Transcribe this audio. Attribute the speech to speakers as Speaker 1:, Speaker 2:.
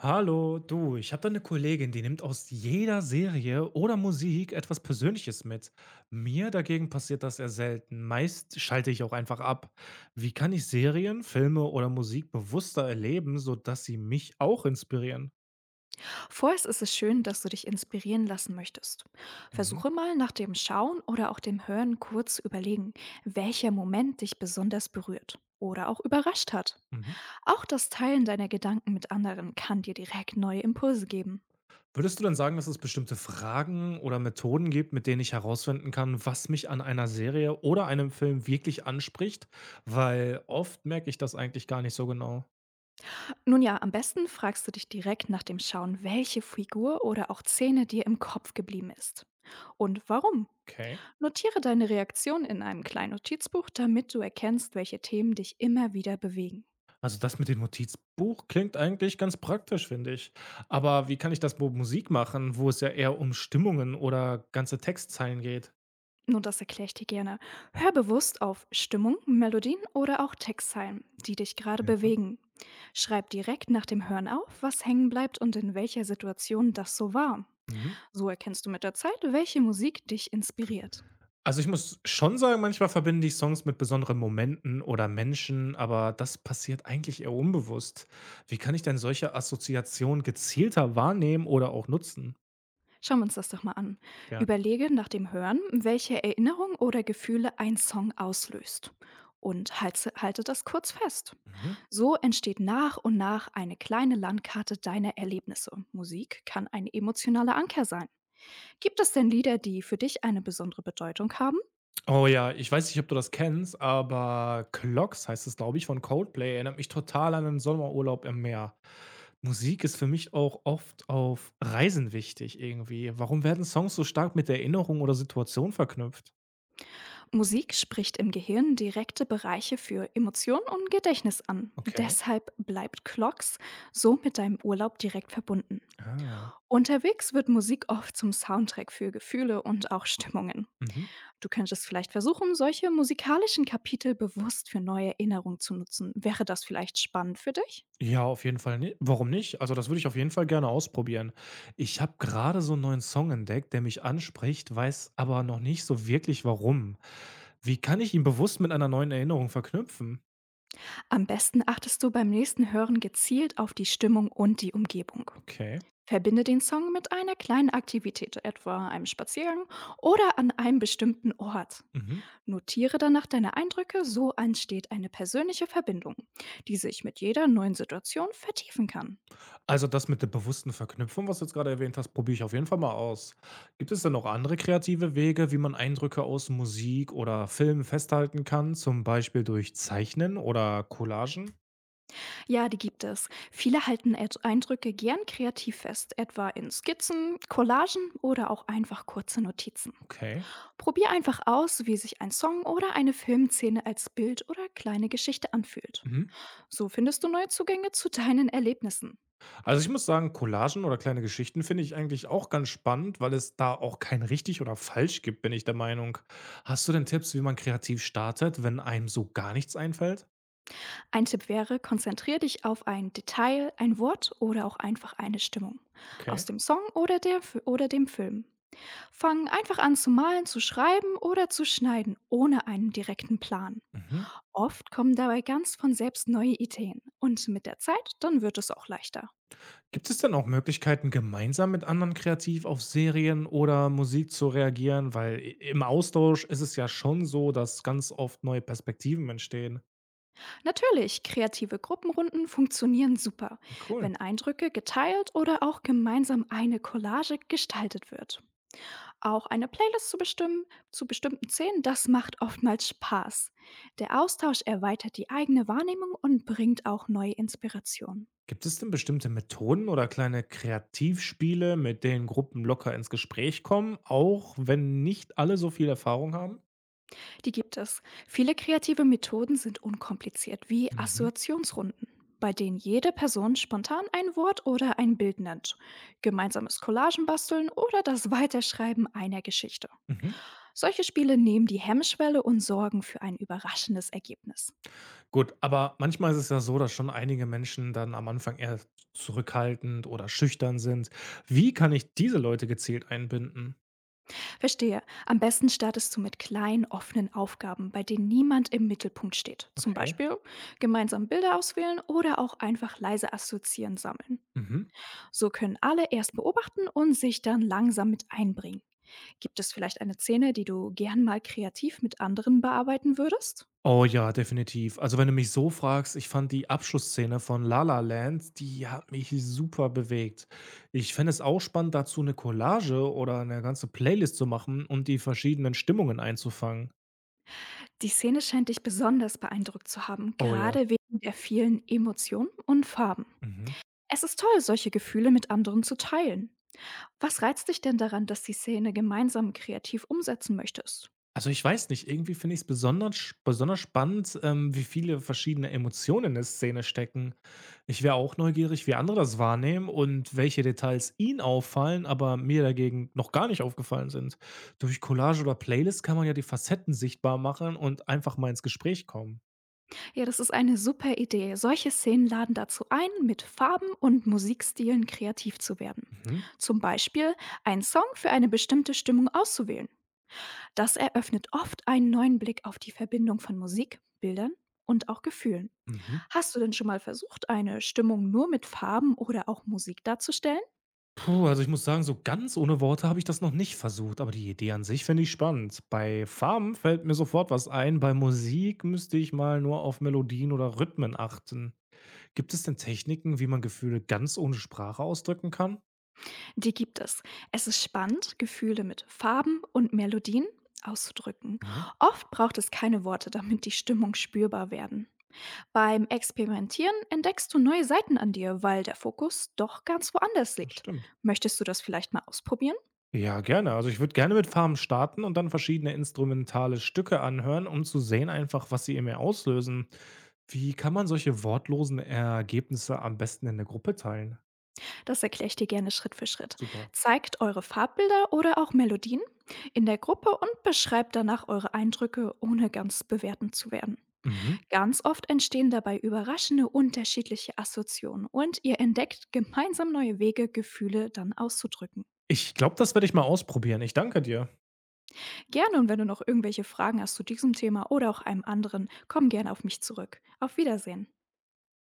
Speaker 1: Hallo, du, ich habe da eine Kollegin, die nimmt aus jeder Serie oder Musik etwas Persönliches mit. Mir dagegen passiert das eher selten. Meist schalte ich auch einfach ab. Wie kann ich Serien, Filme oder Musik bewusster erleben, sodass sie mich auch inspirieren?
Speaker 2: Vorerst ist es schön, dass du dich inspirieren lassen möchtest.
Speaker 1: Mhm.
Speaker 2: Versuche mal nach dem Schauen oder auch dem Hören kurz zu überlegen, welcher Moment dich besonders berührt oder auch überrascht hat.
Speaker 1: Mhm.
Speaker 2: Auch das Teilen deiner Gedanken mit anderen kann dir direkt neue Impulse geben.
Speaker 1: Würdest du dann sagen, dass es bestimmte Fragen oder Methoden gibt, mit denen ich herausfinden kann, was mich an einer Serie oder einem Film wirklich anspricht? Weil oft merke ich das eigentlich gar nicht so genau.
Speaker 2: Nun ja, am besten fragst du dich direkt nach dem Schauen, welche Figur oder auch Szene dir im Kopf geblieben ist. Und warum?
Speaker 1: Okay.
Speaker 2: Notiere deine Reaktion in einem kleinen Notizbuch, damit du erkennst, welche Themen dich immer wieder bewegen.
Speaker 1: Also das mit dem Notizbuch klingt eigentlich ganz praktisch, finde ich. Aber wie kann ich das bei Musik machen, wo es ja eher um Stimmungen oder ganze Textzeilen geht?
Speaker 2: Nun, das erkläre ich dir gerne. Hör bewusst auf Stimmung, Melodien oder auch Textzeilen, die dich gerade
Speaker 1: Ja.
Speaker 2: bewegen. Schreib direkt nach dem Hören auf, was hängen bleibt und in welcher Situation das so war.
Speaker 1: Mhm.
Speaker 2: So erkennst du mit der Zeit, welche Musik dich inspiriert.
Speaker 1: Also ich muss schon sagen, manchmal verbinde ich Songs mit besonderen Momenten oder Menschen, aber das passiert eigentlich eher unbewusst. Wie kann ich denn solche Assoziationen gezielter wahrnehmen oder auch nutzen?
Speaker 2: Schauen wir uns das doch mal an.
Speaker 1: Gerne.
Speaker 2: Überlege nach dem Hören, welche Erinnerung oder Gefühle ein Song auslöst. Und halte das kurz fest.
Speaker 1: Mhm.
Speaker 2: So entsteht nach und nach eine kleine Landkarte deiner Erlebnisse. Musik kann ein emotionaler Anker sein. Gibt es denn Lieder, die für dich eine besondere Bedeutung haben?
Speaker 1: Oh ja, ich weiß nicht, ob du das kennst, aber „Clocks“ heißt es, glaube ich, von Coldplay. Erinnert mich total an einen Sommerurlaub im Meer. Musik ist für mich auch oft auf Reisen wichtig irgendwie. Warum werden Songs so stark mit Erinnerung oder Situation verknüpft?
Speaker 2: Musik spricht im Gehirn direkte Bereiche für Emotionen und Gedächtnis an.
Speaker 1: Okay.
Speaker 2: Deshalb bleibt Clocks so mit deinem Urlaub direkt verbunden.
Speaker 1: Ah.
Speaker 2: Unterwegs wird Musik oft zum Soundtrack für Gefühle und auch Stimmungen.
Speaker 1: Mhm.
Speaker 2: Du könntest vielleicht versuchen, solche musikalischen Kapitel bewusst für neue Erinnerungen zu nutzen. Wäre das vielleicht spannend für dich?
Speaker 1: Ja, auf jeden Fall, ni warum nicht? Also, das würde ich auf jeden Fall gerne ausprobieren. Ich habe gerade so einen neuen Song entdeckt, der mich anspricht, weiß aber noch nicht so wirklich warum. Wie kann ich ihn bewusst mit einer neuen Erinnerung verknüpfen?
Speaker 2: Am besten achtest du beim nächsten Hören gezielt auf die Stimmung und die Umgebung.
Speaker 1: Okay.
Speaker 2: Verbinde den Song mit einer kleinen Aktivität, etwa einem Spaziergang oder an einem bestimmten Ort.
Speaker 1: Mhm.
Speaker 2: Notiere danach deine Eindrücke, so entsteht eine persönliche Verbindung, die sich mit jeder neuen Situation vertiefen kann.
Speaker 1: Also das mit der bewussten Verknüpfung, was du jetzt gerade erwähnt hast, probiere ich auf jeden Fall mal aus. Gibt es denn noch andere kreative Wege, wie man Eindrücke aus Musik oder Filmen festhalten kann, zum Beispiel durch Zeichnen oder Collagen?
Speaker 2: Ja, die gibt es. Viele halten Eindrücke gern kreativ fest, etwa in Skizzen, Collagen oder auch einfach kurze Notizen.
Speaker 1: Okay.
Speaker 2: Probier einfach aus, wie sich ein Song oder eine Filmszene als Bild oder kleine Geschichte anfühlt.
Speaker 1: Mhm.
Speaker 2: So findest du neue Zugänge zu deinen Erlebnissen.
Speaker 1: Also ich muss sagen, Collagen oder kleine Geschichten finde ich eigentlich auch ganz spannend, weil es da auch kein richtig oder falsch gibt, bin ich der Meinung. Hast du denn Tipps, wie man kreativ startet, wenn einem so gar nichts einfällt?
Speaker 2: Ein Tipp wäre, konzentriere dich auf ein Detail, ein Wort oder auch einfach eine Stimmung
Speaker 1: Okay.
Speaker 2: aus dem Song oder dem Film. Fang einfach an zu malen, zu schreiben oder zu schneiden, ohne einen direkten Plan.
Speaker 1: Mhm.
Speaker 2: Oft kommen dabei ganz von selbst neue Ideen und mit der Zeit, dann wird es auch leichter.
Speaker 1: Gibt es denn auch Möglichkeiten, gemeinsam mit anderen kreativ auf Serien oder Musik zu reagieren? Weil i im Austausch ist es ja schon so, dass ganz oft neue Perspektiven entstehen.
Speaker 2: Natürlich, kreative Gruppenrunden funktionieren super,
Speaker 1: Cool.
Speaker 2: wenn Eindrücke geteilt oder auch gemeinsam eine Collage gestaltet wird. Auch eine Playlist zu bestimmten Szenen, das macht oftmals Spaß. Der Austausch erweitert die eigene Wahrnehmung und bringt auch neue Inspirationen.
Speaker 1: Gibt es denn bestimmte Methoden oder kleine Kreativspiele, mit denen Gruppen locker ins Gespräch kommen, auch wenn nicht alle so viel Erfahrung haben?
Speaker 2: Die gibt es. Viele kreative Methoden sind unkompliziert, wie
Speaker 1: Mhm.
Speaker 2: Assoziationsrunden, bei denen jede Person spontan ein Wort oder ein Bild nennt, gemeinsames Collagen basteln oder das Weiterschreiben einer Geschichte.
Speaker 1: Mhm.
Speaker 2: Solche Spiele nehmen die Hemmschwelle und sorgen für ein überraschendes Ergebnis.
Speaker 1: Gut, aber manchmal ist es ja so, dass schon einige Menschen dann am Anfang eher zurückhaltend oder schüchtern sind. Wie kann ich diese Leute gezielt einbinden?
Speaker 2: Verstehe. Am besten startest du mit kleinen, offenen Aufgaben, bei denen niemand im Mittelpunkt steht. Zum
Speaker 1: Okay.
Speaker 2: Beispiel gemeinsam Bilder auswählen oder auch einfach leise assoziieren sammeln.
Speaker 1: Mhm.
Speaker 2: So können alle erst beobachten und sich dann langsam mit einbringen. Gibt es vielleicht eine Szene, die du gern mal kreativ mit anderen bearbeiten würdest?
Speaker 1: Oh ja, definitiv. Also, wenn du mich so fragst, ich fand die Abschlussszene von La La Land, die hat mich super bewegt. Ich fände es auch spannend, dazu eine Collage oder eine ganze Playlist zu machen, um die verschiedenen Stimmungen einzufangen.
Speaker 2: Die Szene scheint dich besonders beeindruckt zu haben,
Speaker 1: Oh ja.
Speaker 2: gerade wegen der vielen Emotionen und Farben.
Speaker 1: Mhm.
Speaker 2: Es ist toll, solche Gefühle mit anderen zu teilen. Was reizt dich denn daran, dass die Szene gemeinsam kreativ umsetzen möchtest?
Speaker 1: Also, ich weiß nicht, irgendwie finde ich es besonders spannend, wie viele verschiedene Emotionen in der Szene stecken. Ich wäre auch neugierig, wie andere das wahrnehmen und welche Details ihnen auffallen, aber mir dagegen noch gar nicht aufgefallen sind. Durch Collage oder Playlist kann man ja die Facetten sichtbar machen und einfach mal ins Gespräch kommen.
Speaker 2: Ja, das ist eine super Idee. Solche Szenen laden dazu ein, mit Farben und Musikstilen kreativ zu werden.
Speaker 1: Mhm.
Speaker 2: Zum Beispiel einen Song für eine bestimmte Stimmung auszuwählen. Das eröffnet oft einen neuen Blick auf die Verbindung von Musik, Bildern und auch Gefühlen.
Speaker 1: Mhm.
Speaker 2: Hast du denn schon mal versucht, eine Stimmung nur mit Farben oder auch Musik darzustellen?
Speaker 1: Puh, also ich muss sagen, so ganz ohne Worte habe ich das noch nicht versucht, aber die Idee an sich finde ich spannend. Bei Farben fällt mir sofort was ein, bei Musik müsste ich mal nur auf Melodien oder Rhythmen achten. Gibt es denn Techniken, wie man Gefühle ganz ohne Sprache ausdrücken kann?
Speaker 2: Die gibt es. Es ist spannend, Gefühle mit Farben und Melodien auszudrücken.
Speaker 1: Mhm,
Speaker 2: Oft braucht es keine Worte, damit die Stimmung spürbar werden. Beim Experimentieren entdeckst du neue Seiten an dir, weil der Fokus doch ganz woanders
Speaker 1: das
Speaker 2: liegt.
Speaker 1: stimmt.
Speaker 2: Möchtest du das vielleicht mal ausprobieren?
Speaker 1: Ja, gerne. Also ich würde gerne mit Farben starten und dann verschiedene instrumentale Stücke anhören, um zu sehen einfach, was sie in mir auslösen. Wie kann man solche wortlosen Ergebnisse am besten in der Gruppe teilen?
Speaker 2: Das erkläre ich dir gerne Schritt für Schritt.
Speaker 1: Super.
Speaker 2: Zeigt eure Farbbilder oder auch Melodien in der Gruppe und beschreibt danach eure Eindrücke, ohne ganz bewertend zu werden.
Speaker 1: Mhm.
Speaker 2: Ganz oft entstehen dabei überraschende unterschiedliche Assoziationen und ihr entdeckt gemeinsam neue Wege, Gefühle dann auszudrücken.
Speaker 1: Ich glaube, das werde ich mal ausprobieren. Ich danke dir.
Speaker 2: Gerne und wenn du noch irgendwelche Fragen hast zu diesem Thema oder auch einem anderen, komm gerne auf mich zurück. Auf Wiedersehen.